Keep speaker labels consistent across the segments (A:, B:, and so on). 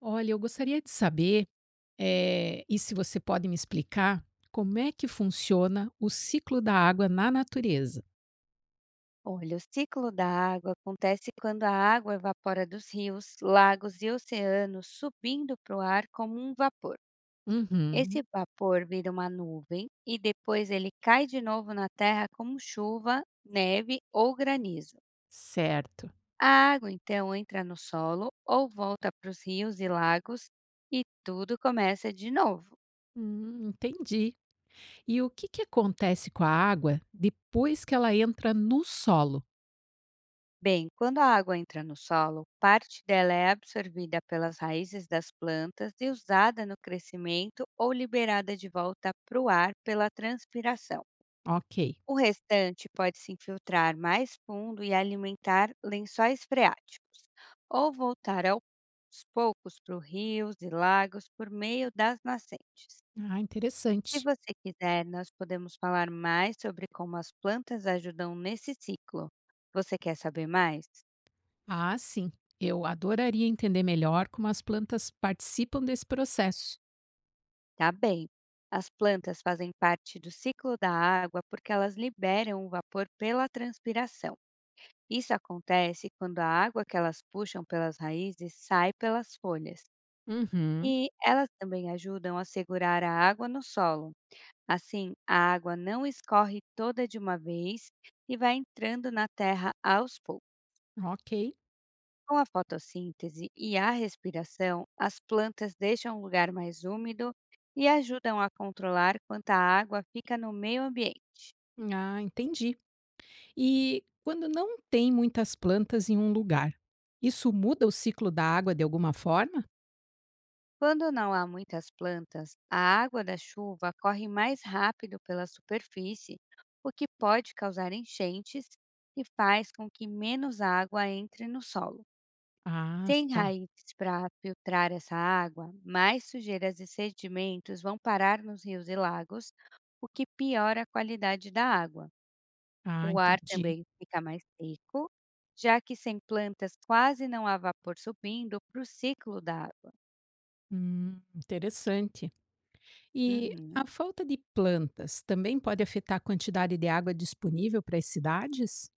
A: Olha, eu gostaria de saber, e se você pode me explicar, como é que funciona o ciclo da água na natureza?
B: Olha, o ciclo da água acontece quando a água evapora dos rios, lagos e oceanos, subindo para o ar como um vapor. Esse
A: Uhum,
B: vapor vira uma nuvem e depois ele cai de novo na terra como chuva, neve ou granizo.
A: certo.
B: A água então entra no solo ou volta para os rios e lagos e tudo começa de novo.
A: Entendi. E o que acontece com a água depois que ela entra no solo?
B: Bem, quando a água entra no solo, parte dela é absorvida pelas raízes das plantas e usada no crescimento ou liberada de volta para o ar pela transpiração.
A: Ok.
B: O restante pode se infiltrar mais fundo e alimentar lençóis freáticos, ou voltar aos poucos para rios e lagos por meio das nascentes.
A: Ah,
B: Se
A: interessante.
B: você quiser, nós podemos falar mais sobre como as plantas ajudam nesse ciclo. Você quer saber mais?
A: Ah, sim. Eu adoraria entender melhor como as plantas participam desse processo.
B: Tá bem. As plantas fazem parte do ciclo da água porque elas liberam o vapor pela transpiração. Isso acontece quando a água que elas puxam pelas raízes sai pelas folhas.
A: Uhum.
B: E elas também ajudam a segurar a água no solo. Assim, a água não escorre toda de uma vez e vai entrando na terra aos poucos.
A: Ok.
B: Com a fotossíntese e a respiração, as plantas deixam o lugar mais úmido e ajudam a controlar quanta água fica no meio ambiente.
A: Ah, entendi. E quando não tem muitas plantas em um lugar, isso muda o ciclo da água de alguma forma?
B: Quando não há muitas plantas, a água da chuva corre mais rápido pela superfície, o que pode causar enchentes e faz com que menos água entre no solo.
A: Ah,
B: Sem
A: tá.
B: raízes para filtrar essa água, mais sujeiras e sedimentos vão parar nos rios e lagos, o que piora a qualidade da água.
A: Ah,
B: O ar
A: entendi.
B: também fica mais seco, já que sem plantas quase não há vapor subindo para o ciclo da água.
A: Interessante. E
B: Uhum.
A: a falta de plantas também pode afetar a quantidade de água disponível para as cidades?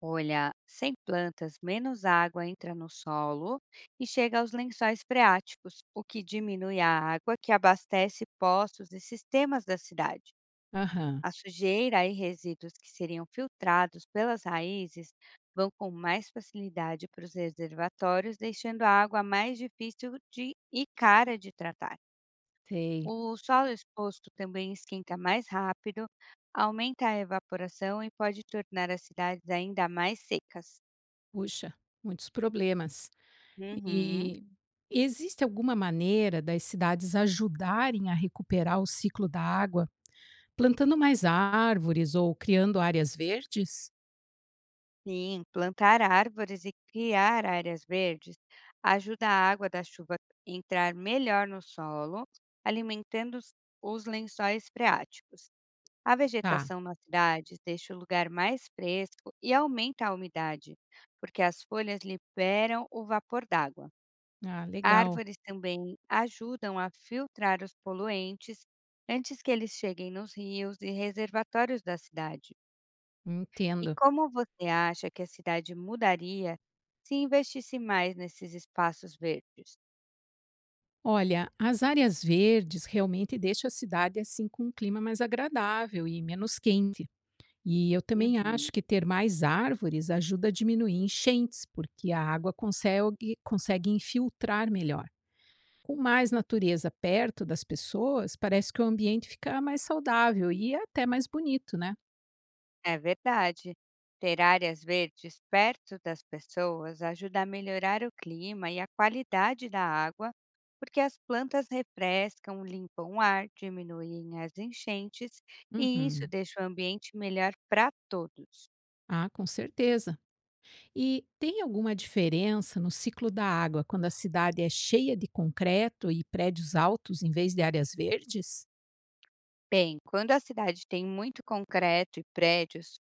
B: Olha, sem plantas, menos água entra no solo e chega aos lençóis freáticos, o que diminui a água que abastece poços e sistemas da cidade.
A: Aham,
B: A sujeira e resíduos que seriam filtrados pelas raízes vão com mais facilidade para os reservatórios, deixando a água mais difícil de e cara de tratar.
A: sei.
B: O solo exposto também esquenta mais rápido, aumenta a evaporação e pode tornar as cidades ainda mais secas.
A: Puxa, muitos problemas.
B: Uhum.
A: E existe alguma maneira das cidades ajudarem a recuperar o ciclo da água, plantando mais árvores ou criando áreas verdes?
B: Sim, plantar árvores e criar áreas verdes ajuda a água da chuva entrar melhor no solo, alimentando os lençóis freáticos. A
A: Tá.
B: vegetação nas cidades deixa o lugar mais fresco e aumenta a umidade, porque as folhas liberam o vapor d'água.
A: Ah, legal.
B: Árvores também ajudam a filtrar os poluentes antes que eles cheguem nos rios e reservatórios da cidade. E
A: Entendo.
B: como você acha que a cidade mudaria se investisse mais nesses espaços verdes?
A: Olha, as áreas verdes realmente deixam a cidade assim com um clima mais agradável e menos quente. E eu também acho
B: Uhum.
A: que ter mais árvores ajuda a diminuir enchentes, porque a água consegue infiltrar melhor. Com mais natureza perto das pessoas, parece que o ambiente fica mais saudável e até mais bonito, né?
B: É verdade. Ter áreas verdes perto das pessoas ajuda a melhorar o clima e a qualidade da água, porque as plantas refrescam, limpam o ar, diminuem as enchentes e isso
A: Uhum.
B: deixa o ambiente melhor para todos.
A: Ah, com certeza. E tem alguma diferença no ciclo da água quando a cidade é cheia de concreto e prédios altos em vez de áreas verdes?
B: Bem, quando a cidade tem muito concreto e prédios,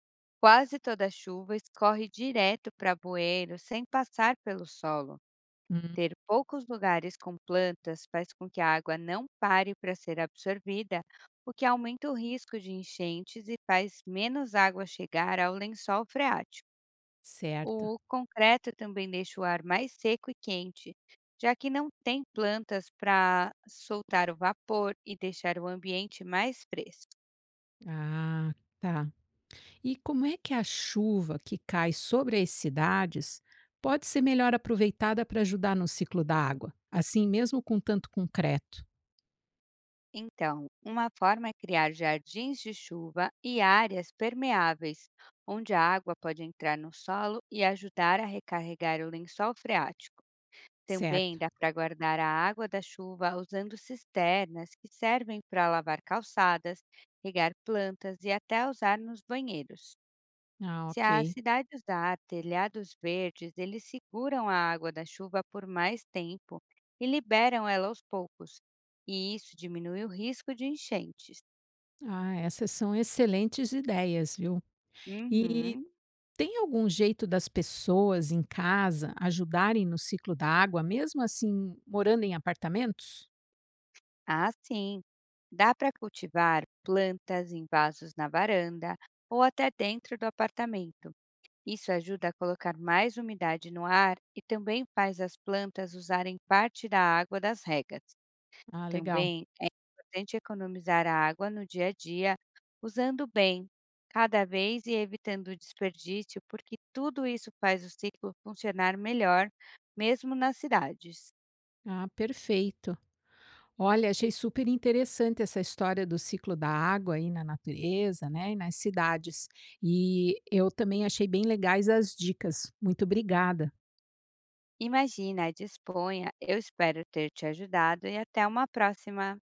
B: quase toda a chuva escorre direto para bueiro sem passar pelo solo.
A: Hum,
B: Ter poucos lugares com plantas faz com que a água não pare para ser absorvida, o que aumenta o risco de enchentes e faz menos água chegar ao lençol freático.
A: certo.
B: O concreto também deixa o ar mais seco e quente, já que não tem plantas para soltar o vapor e deixar o ambiente mais fresco.
A: Ah, tá. E como é que a chuva que cai sobre as cidades pode ser melhor aproveitada para ajudar no ciclo da água? Assim mesmo com tanto concreto.
B: Então, uma forma é criar jardins de chuva e áreas permeáveis, onde a água pode entrar no solo e ajudar a recarregar o lençol freático. Também
A: Certo.
B: dá para guardar a água da chuva usando cisternas que servem para lavar calçadas, regar plantas e até usar nos banheiros.
A: Ah,
B: Se a
A: ok.
B: cidade usar telhados verdes, eles seguram a água da chuva por mais tempo e liberam ela aos poucos. E isso diminui o risco de enchentes.
A: Ah, essas são excelentes ideias, viu? E
B: Uhum.
A: tem algum jeito das pessoas em casa ajudarem no ciclo da água, mesmo assim morando em apartamentos?
B: Ah, sim. Dá para cultivar plantas em vasos na varanda ou até dentro do apartamento. Isso ajuda a colocar mais umidade no ar e também faz as plantas usarem parte da água das regas.
A: Ah, legal.
B: Também é importante economizar a água no dia a dia, usando bem cada vez e evitando o desperdício, porque tudo isso faz o ciclo funcionar melhor, mesmo nas cidades.
A: Ah, perfeito. Olha, achei super interessante essa história do ciclo da água aí na natureza, né, e nas cidades. E eu também achei bem legais as dicas. Muito obrigada.
B: Imagina, disponha, eu espero ter te ajudado e até uma próxima!